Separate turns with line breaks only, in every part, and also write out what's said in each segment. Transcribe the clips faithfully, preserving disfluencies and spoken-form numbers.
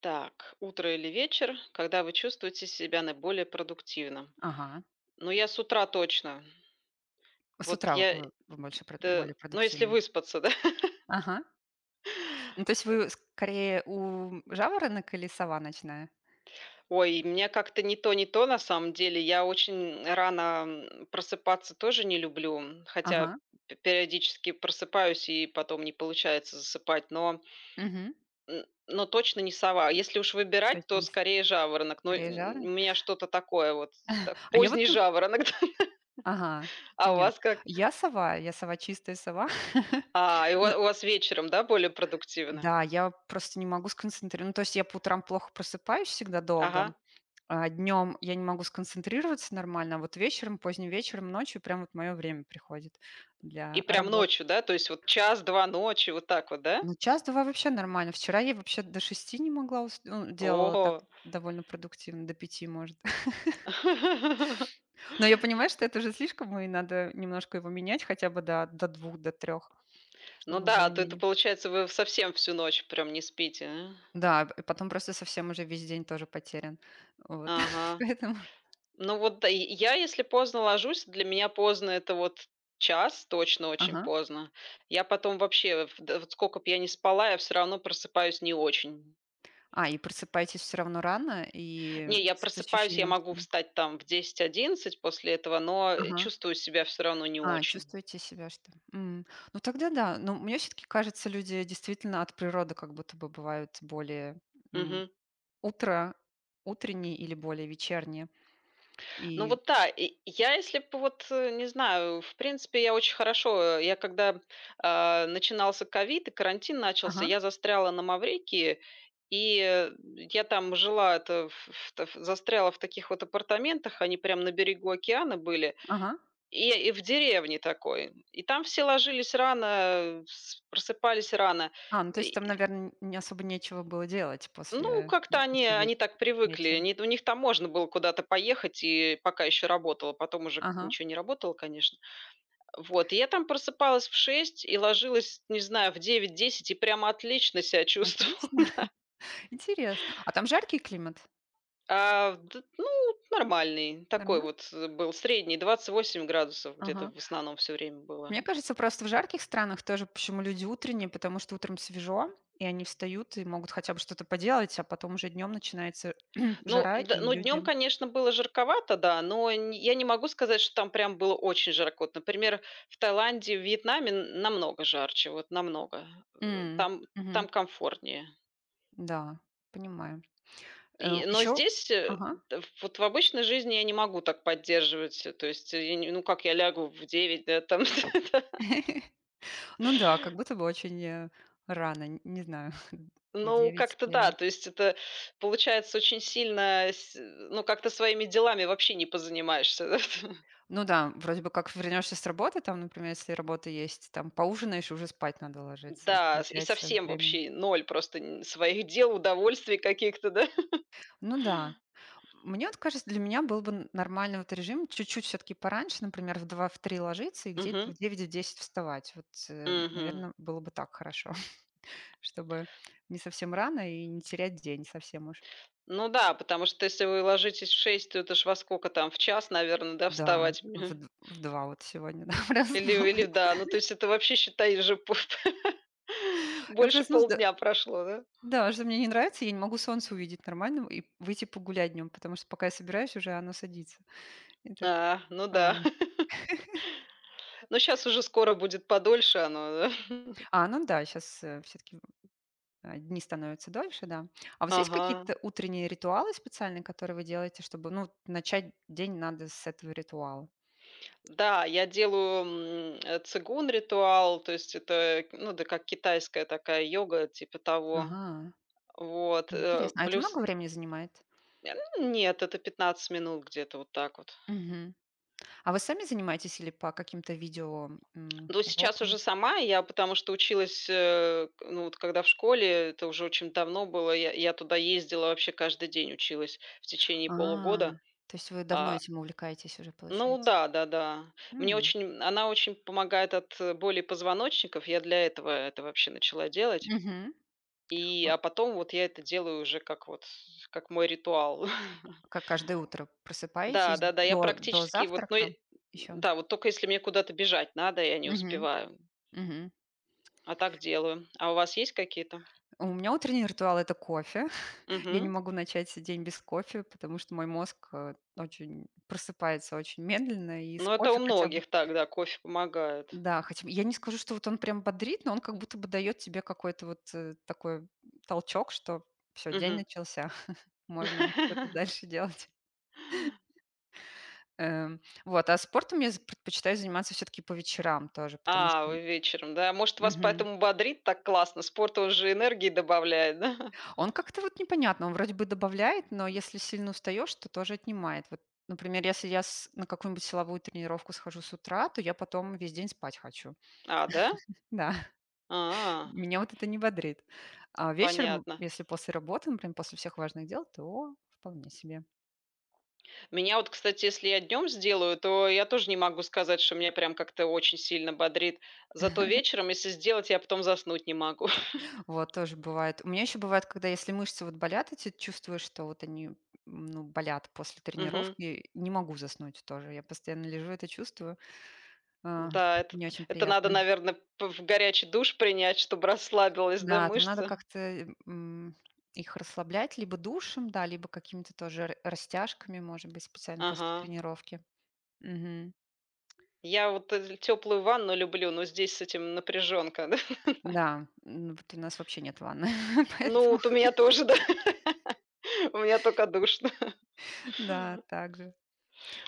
Так, утро или вечер, когда вы чувствуете себя наиболее продуктивным?
Ага.
Ну, я с утра точно.
С
Вот
утра
я,
вы вы больше прод
это-
более
ну, если
продуктивно.
выспаться, да?
Ага. Ну, то есть вы скорее у жаворонок или сова ночная?
Ой, мне как-то не то, не то на самом деле. Я очень рано м, просыпаться тоже не люблю, хотя
Ага.
п- периодически просыпаюсь и потом не получается засыпать, но,
Мгм.
м, но точно не сова. Если уж
То
выбирать,
есть
то
не с
скорее жаворонок. Но
скорее
м, у
жаворонок.
меня что-то такое вот, так,
А я вот
поздний
ну
жаворонок.
Ага,
А у
понятно.
вас как?
Я сова, я сова, чистая сова.
А, и у ва
Н
у вас вечером, да, более продуктивно?
Да, я просто не могу сконцентрироваться. Ну, то есть я по утрам плохо просыпаюсь, всегда долго,
Ага.
а днем я не могу сконцентрироваться нормально, а вот вечером, поздним вечером, ночью прям вот мое время приходит
И
для
прям
работы.
ночью, да? То есть вот час-два ночи, вот так вот, да?
Ну, час два вообще нормально. Вчера я вообще до шести не могла ус ну, делала
Ого!
так довольно продуктивно, до пяти, может. Но я понимаю, что это уже слишком, и надо немножко его менять хотя бы до до двух, до трех,
Ну
чтобы
да, а то это
более-менее.
получается, вы совсем всю ночь прям не спите,
Да, и потом просто совсем уже весь день тоже потерян. Вот,
а? Ага.
поэтому
Ну вот да, и я, если поздно ложусь, для меня поздно- это вот час, точно очень
Ага.
поздно. Я потом вообще, в да вот сколько бы я ни спала, я все равно просыпаюсь не очень.
А, и просыпаетесь все равно рано и
Не, я
с
просыпаюсь, я
ощущением,
могу
что
встать там в десять, одиннадцать после этого, но, э,
Ага.
чувствую себя все равно не
А,
очень.
чувствуете себя, что М. Ну, тогда да. Но мне все таки кажется, люди действительно от природы как будто бы бывают более,
Мгм.
Утро утреннее или более вечернее?
Ну
И
вот да, и я, если б вот, э, не знаю, в принципе, я очень хорошо, э, я когда, а, начинался ковид и карантин начался,
ага,
я застряла на Маврикии, и, э, я там жила, это, в в та ф застряла в таких вот апартаментах, они прям на берегу океана были,
ага.
и и в деревне такой. И там все ложились рано, э, с просыпались рано.
А, ну, то есть там, наверное, не особо нечего было делать
Ну,
после
как-то они
после ве
они так привыкли.
вечера.
Они у них там можно было куда-то поехать, и пока еще работала, потом уже
Ага,
ничего не работало, конечно. Вот, и я там просыпалась в шесть и ложилась, не знаю, в девять-десять и прямо отлично себя чувствовала.
отлично, интересно. А там жаркий климат?
А, д- ну, нормальный такой
Нормально?
вот э, был, средний, двадцать восемь градусов где-то
Ага.
в основном все время
Мне
было.
кажется, просто в жарких странах тоже почему люди утренние, потому что утром свежо, и они встают и могут хотя бы что-то поделать, а потом уже днем начинается
Ну
жара,
да,
и
ну, днем,
люди.
конечно, было жарковато, да, но н я не могу сказать, что там прям было очень жарко. Вот, например, в Таиланде, в Вьетнаме н намного жарче, вот намного. Э,
М,
там
мгм.
там комфортнее.
Да, понимаю. Э,
И но
еще
здесь, э,
Ага.
д вот в обычной жизни я не могу так поддерживать, э, то есть э, я не ну, как я лягу в девять, да, там,
Ну да, как будто бы очень, э, рано, н не знаю, в
ну,
девять
как-то
э.
да, то есть это получается очень сильно с ну, как-то своими делами вообще не позанимаешься,
Ну да, вроде бы как вернешься с работы, там, например, если работа есть, там поужинаешь, и уже спать надо ложиться, и
Да, с и
получается
совсем
времени
вообще ноль просто н своих дел, удовольствий каких-то, да?
Ну да. Мне вот кажется, для меня был бы н нормальный вот режим чуть-чуть все таки пораньше, например, в два в три ложиться и где-то
Мгм,
в девять в десять вставать. Вот,
мгм.
наверное, было бы так хорошо, чтобы не совсем рано и не терять день совсем уж.
Ну да, потому что если вы ложитесь в шесть, то это ж во сколько там, в час, наверное, да,
Да,
вставать?
в
Мгм.
д в два вот сегодня, да,
Или или
проснулась.
да, ну то есть это вообще, считай, же по
Я
больше
проснулась.
полдня прошло, да?
Да, что мне не нравится, я не могу солнце увидеть нормально и выйти погулять днем, потому что пока я собираюсь, уже оно садится. И так,
А, ну да.
а,
Но сейчас уже скоро будет подольше оно, да?
а, ну да, сейчас все-таки дни становятся дольше, да. А у вас есть
Ага.
какие-то утренние ритуалы специальные, которые вы делаете, чтобы, ну, начать день надо с этого ритуала?
Да, я делаю, м, э, цигун ритуал, то есть это, ну, да, как китайская такая йога, типа того.
Ага,
Вот, э,
интересно. А это много
плюс
времени занимает?
э, ну, нет, это пятнадцать минут где-то вот так вот.
Мгм. А вы сами занимаетесь или по каким-то видео м,
Но сейчас
урокам?
уже сама я, потому что училась, э, к- ну вот когда в школе, это уже очень давно было, я, я туда ездила вообще каждый день училась в течение
А,
полугода.
то есть вы давно
А,
этим увлекаетесь уже,
ну
получается?
да, да, да. Мне
М,
очень, она очень помогает от э, боли позвоночников. Я для этого это вообще начала делать.
мгм.
И, а потом вот я это делаю уже как вот, как мой ритуал.
Как каждое утро
Да,
просыпаетесь
да-да, я
до до
практически вот, ну,
завтрака
и
еще?
да, вот только если мне куда-то бежать надо, я не
Мгм,
успеваю,
мгм.
а так делаю. А у вас есть какие-то?
У меня утренний ритуал — это кофе. Я не
Угу.
могу начать день без кофе, потому что мой мозг, э, очень просыпается очень медленно, и с
Ну, это у
кофе хотя бы
многих так, да, кофе помогает.
Да, хотя бы я не скажу, что вот он прям бодрит, но он как будто бы дает тебе какой-то вот, э, такой толчок, что все день
Мгм.
начался, можно что-то дальше делать. Эм, вот, а спортом я з предпочитаю заниматься все таки по вечерам тоже, потому
А,
что
вы вечером, да? Может, вас
Мгм.
поэтому бодрит так классно? Спорт, он же энергии добавляет, да?
Он как-то вот непонятно, он вроде бы добавляет, но если сильно устаешь, то тоже отнимает. Вот, например, если я с- на какую-нибудь силовую тренировку схожу с утра, то я потом весь день спать хочу.
А, да?
Да,
А,
меня вот это не бодрит. А вечером,
понятно.
если после работы, например, после всех важных дел, то вполне себе.
Меня вот, кстати, если я днем сделаю, то я тоже не могу сказать, что меня прям как-то очень сильно бодрит. Зато вечером, если сделать, я потом заснуть не могу.
Вот, тоже бывает. У меня еще бывает, когда если мышцы вот болят, эти чувствуешь, что вот они м, ну, болят после
Мгм.
тренировки, не могу заснуть тоже. Я постоянно лежу, это чувствую. А,
Да, это
не очень
это надо,
приятно.
наверное, в горячий душ принять, чтобы расслабилась, да,
Да, там надо
мышца?
как-то, э, м, их расслаблять либо душем, да, либо какими-то тоже р растяжками, может быть, специально
Ага.
после тренировки. Мгм.
Я вот, теплую ванну люблю, но здесь с этим напряжёнка,
Да, м, вот у нас вообще нет ванны,
Ну,
поэтому
вот у меня тоже, да. У меня только душно.
да, также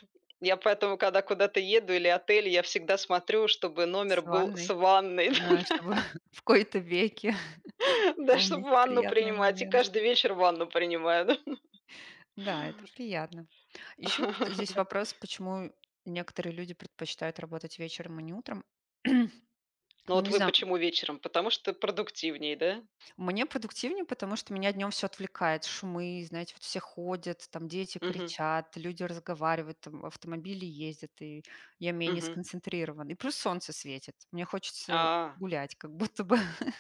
Я поэтому, когда куда-то еду или отель, я всегда смотрю, чтобы номер
с
был с
ванной,
ванной,
на чтобы в кои-то веки
да,
помнить
чтобы ванну
приятный
принимать, и
момент.
каждый вечер ванну принимаю, да.
Да, это приятно. Еще вот здесь вопрос, почему некоторые люди предпочитают работать вечером, а не утром.
Ну,
Ну,
вот
не
вы
знаю,
почему вечером? Потому что продуктивнее, да?
мне продуктивнее, потому что меня днем все отвлекает. Шумы, знаете, вот все ходят, там дети
Угу.
кричат, люди разговаривают, там автомобили ездят, и я менее
Угу.
сконцентрирована. И плюс солнце светит. Мне хочется
А.
гулять, как будто бы.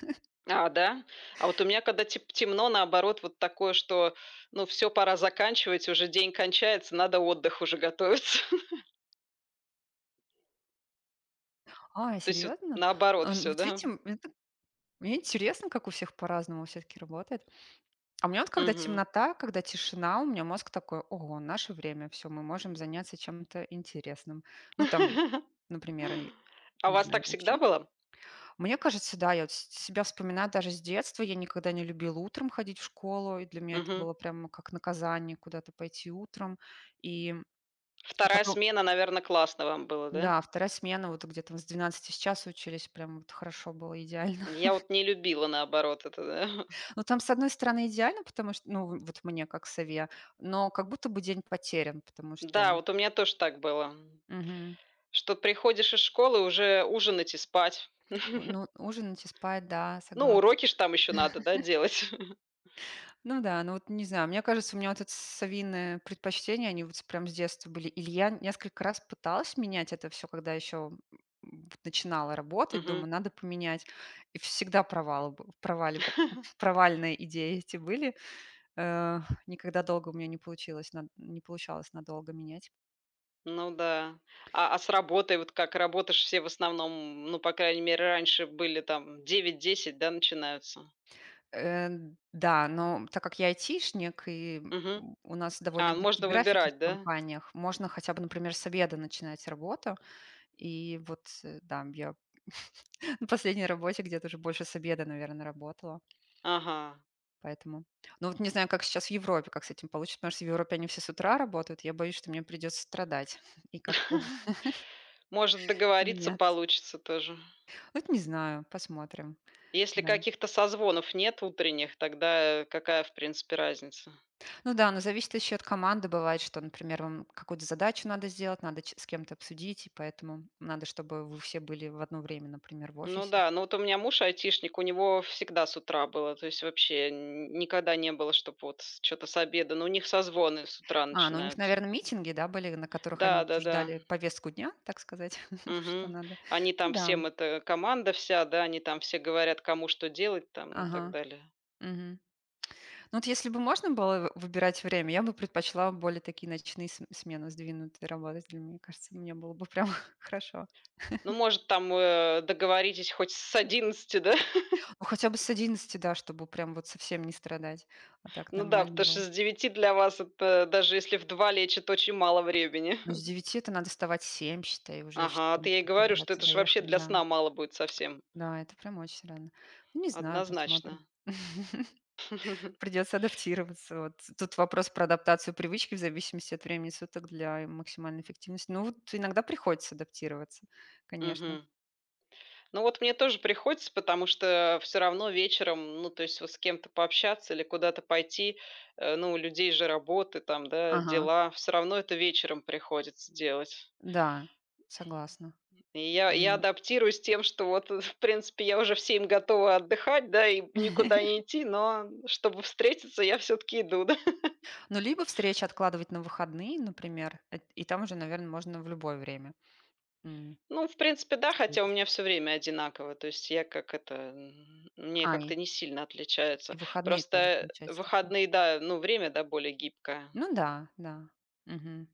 А, да? А вот у меня, когда теп темно, наоборот, вот такое, что, ну, все пора заканчивать, уже день кончается, надо отдых уже готовиться.
А,
То есть вот
серьезно?
наоборот
А, ну
все,
вот
да?
видите, м, это- мне интересно, как у всех по-разному все-таки работает. А у меня вот когда
Мгм.
темнота, когда тишина, у меня мозг такой, ого, наше время, все, мы можем заняться чем-то интересным. Ну, там, например, и,
А у
не
вас
знаю,
так всегда
учить.
было?
Мне кажется, да, я вот с себя вспоминаю даже с детства. Я никогда не любила утром ходить в школу, и для меня это
Мгм.
было прямо как наказание куда-то пойти утром. И
вторая
потом,
смена, наверное, классно вам было, да?
да, вторая смена, вот где то с двенадцати с часа учились, прям вот хорошо было, идеально.
Я вот не любила, наоборот, это, да.
Но там, с одной стороны, идеально, потому что, ну, вот мне как сове, но как будто бы день потерян, потому
Да,
что
вот у меня тоже так было,
Мгм.
что приходишь из школы уже ужинать и спать.
Ну, ужинать и спать, да,
Ну,
согласна.
уроки ж там еще надо, да, делать.
Ну да, ну вот не знаю, мне кажется, у меня вот это совиные предпочтения, они вот с прям с детства были. Или я несколько раз пыталась менять это все, когда еще начинала работать,
Мгм.
думаю, надо поменять. И всегда провалы бы провали провальные идеи эти были. Э, Никогда долго у меня не получилось, на не получалось надолго менять.
Ну да. А а с работой вот как? Работаешь все в основном, ну, по крайней мере, раньше были там девять-десять, да, начинаются?
Э, да, но так как я айтишник, и
Мгм.
у у нас довольно
А,
гибкие
можно
графики
выбирать,
в
да?
компаниях, можно хотя бы, например, с обеда начинать работу. И вот, э, да, я на последней работе где-то уже больше с обеда, наверное, работала,
Ага.
поэтому. Ну, вот не знаю, как сейчас в Европе, как с этим получится, потому что в Европе они все с утра работают. Я боюсь, что мне придется страдать и как-то
Может, договориться
меняться.
получится тоже.
Вот не знаю, посмотрим.
Если
Да.
каких-то созвонов нет утренних, тогда э, какая, в принципе, разница?
Ну да, но зависит еще от команды. Бывает, что, например, вам какую-то задачу надо сделать, надо ч- с кем-то обсудить, и поэтому надо, чтобы вы все были в одно время, например, в
Ну
офисе.
да, ну вот у меня муж айтишник, у него всегда с утра было, то есть вообще н- никогда не было, чтобы вот что то с обеда, но у них созвоны с утра
А, ну у них,
начинаются.
наверное, митинги, да, были, на которых они
Да, да, да.
обсуждали повестку дня, так сказать, что
Мгм.
надо.
Они
Ну
там
да,
всем это команда вся, да, они там все говорят, кому что делать там и так
ага.
далее.
Мгм. Ну вот если бы можно было в- выбирать время, я бы предпочла более такие ночные см- смены сдвинутые работать. Для меня кажется, мне было бы прям хорошо.
Ну, может, там, э, договоритесь хоть с одиннадцати, да?
Ну хотя бы с одиннадцати, да, чтобы прям вот совсем не страдать. А так
Ну да,
нормально
потому что
было.
с девяти для вас это, даже если в два лечит очень мало времени.
Но с девяти это надо вставать в семь, считай, уже ещё
Ага, вот
там
я и говорю, что
собраться,
это ж
доехать,
вообще для
да.
сна мало будет совсем.
Да, это прям очень рано. Ну, не знаю, посмотрим.
Однозначно.
Придется адаптироваться. Вот. Тут вопрос про адаптацию привычки в зависимости от времени суток для максимальной эффективности. Ну, вот иногда приходится адаптироваться, конечно.
Мгм. Ну вот мне тоже приходится, потому что все равно вечером, ну, то есть вот с кем-то пообщаться или куда-то пойти, э, ну, у людей же работы там, да,
Ага,
дела, все равно это вечером приходится делать.
да, согласна.
И я я
М.
адаптируюсь тем, что вот, э, в принципе, я уже в семь готова отдыхать, да, и никуда не идти, но чтобы встретиться, я все таки иду, да.
Ну, либо встречи откладывать на выходные, например, эт и там уже, наверное, можно в любое время, м,
Ну, в принципе, да, хотя у
встретиться.
меня все время одинаково, то есть я как это, м, мне
А,
как-то
и
не сильно
и
отличается.
выходные
Просто,
тоже,
э,
получается, такие.
выходные, да, ну, время, да, более гибкое.
Ну да, да. Мгм.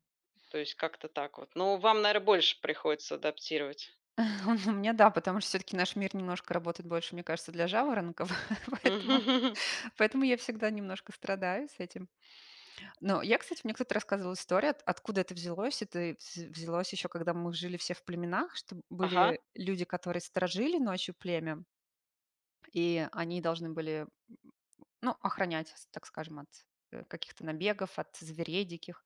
То есть как-то так вот. Но вам, наверное, больше приходится адаптировать.
У меня, да, потому что все таки наш мир немножко работает больше, мне кажется, для жаворонков, поэтому
Мгм.
поэтому я всегда немножко страдаю с этим. Но я, кстати, мне кто-то рассказывал историю, от откуда это взялось. Это вз взялось еще, когда мы жили все в племенах, что
Ага.
были люди, которые сторожили ночью племя, и они должны были, ну, охранять, с так скажем, от, э, каких-то набегов, от зверей диких.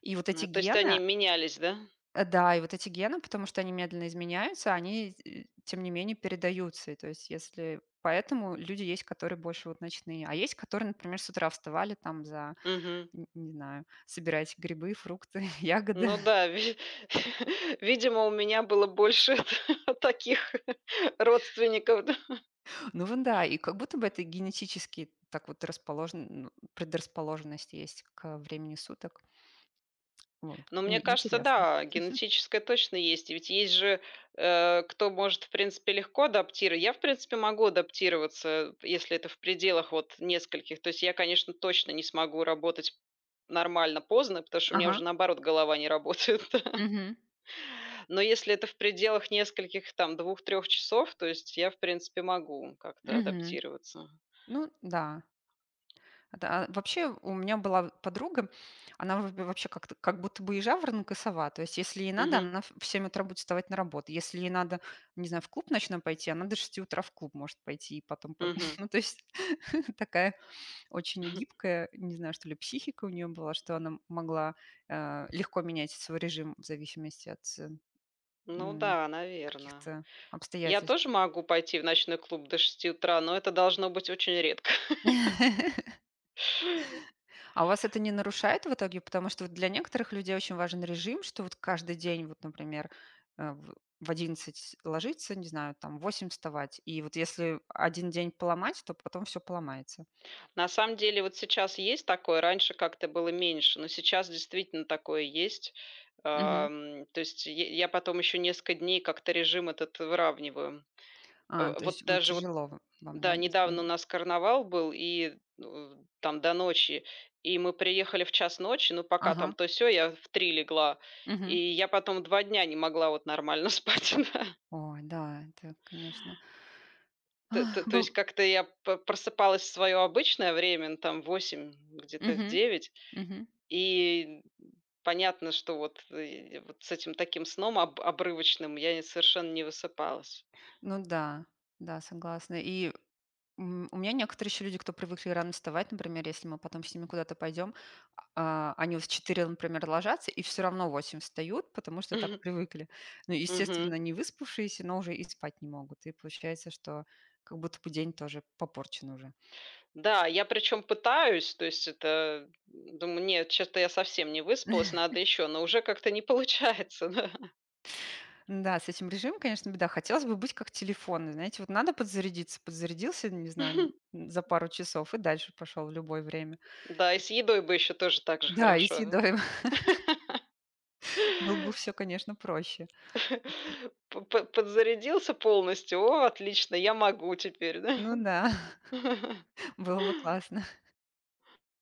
И вот
Ну,
эти
то есть они
гены
менялись, да?
э, да, и вот эти гены, потому что они медленно изменяются, они, э, тем не менее, передаются. И то есть если поэтому люди есть, которые больше вот ночные, а есть, которые, например, с утра вставали там за
Мгм.
Н не знаю, собирать грибы, фрукты, ягоды.
Ну да, ви видимо, у меня было больше таких родственников.
Ну вон да, и как будто бы это генетически так вот расположен ну, предрасположенность есть к времени суток. Вот,
Но мне
и
кажется,
интересно.
да, генетическое точно есть. И ведь есть же, э, кто может, в принципе, легко адаптировать. Я, в принципе, могу адаптироваться, если это в пределах вот нескольких. То есть я, конечно, точно не смогу работать нормально поздно, потому что у меня
Ага.
уже, наоборот, голова не работает.
Мгм.
Но если это в пределах нескольких, там, двух-трех часов, то есть я, в принципе, могу как-то
Мгм.
адаптироваться.
Ну да. Да, а вообще у меня была подруга, она вроде вообще как-то как будто бы и жаворонок, и сова. То есть если ей надо,
Мгм.
она в семь утра будет вставать на работу. Если ей надо, не знаю, в клуб ночной пойти, она до шести утра в клуб может пойти и потом по
Мгм.
ну, то есть такая очень гибкая, не знаю, что ли, психика у нее была, что она могла, э, легко менять свой режим в зависимости от, э,
Ну
м,
да, наверное.
каких-то
Я тоже
обстоятельств.
могу пойти в ночной клуб до шести утра, но это должно быть очень редко.
А у вас это не нарушает в итоге? Потому что вот для некоторых людей очень важен режим, что вот каждый день, вот, например, э, в в одиннадцать ложиться, не знаю, там в восемь вставать. И вот если один день поломать, то потом все поломается.
На самом деле вот сейчас есть такое, раньше как-то было меньше, но сейчас действительно такое есть.
Мгм.
Ам, то есть е- я потом еще несколько дней как-то режим этот выравниваю.
А,
Э,
то есть,
Вот
м,
даже вот,
тяжело в вам, да,
да,
если
недавно у нас карнавал был, и ну, там до ночи, и мы приехали в час ночи, ну пока там
Ага.
то все, я в три легла, и
Мгм.
я потом два дня не могла вот нормально спать. Да.
Ой, да, это, конечно
Т- т-
Ах,
То есть
быв
как-то я п- просыпалась в свое обычное время, ну, там восемь где-то в
Мгм.
девять.
Мгм.
И понятно, что вот, э, вот с этим таким сном об обрывочным я и совершенно не высыпалась.
Ну да, да, согласна. И, м, у меня некоторые еще люди, кто привыкли рано вставать, например, если мы потом с ними куда-то пойдем, а, они вот в четыре, например, ложатся и все равно в восемь встают, потому что так привыкли. Ну, естественно,
Мгм.
не выспавшиеся, но уже и спать не могут. И получается, что как будто бы день тоже попорчен уже.
Да, я причем пытаюсь, то есть это, думаю, нет, что то я совсем не выспалась, надо еще, но уже как-то не получается, да.
Да, с этим режимом, конечно, беда. Хотелось бы быть как телефон. Знаете, вот надо подзарядиться, подзарядился, не знаю, н за пару часов и дальше пошел в любое время.
Да, и с едой бы еще тоже так же
Да, и с
хорошо.
едой было бы все, конечно, проще.
П п Подзарядился полностью, о, отлично, я могу теперь, да.
Ну да, было бы классно.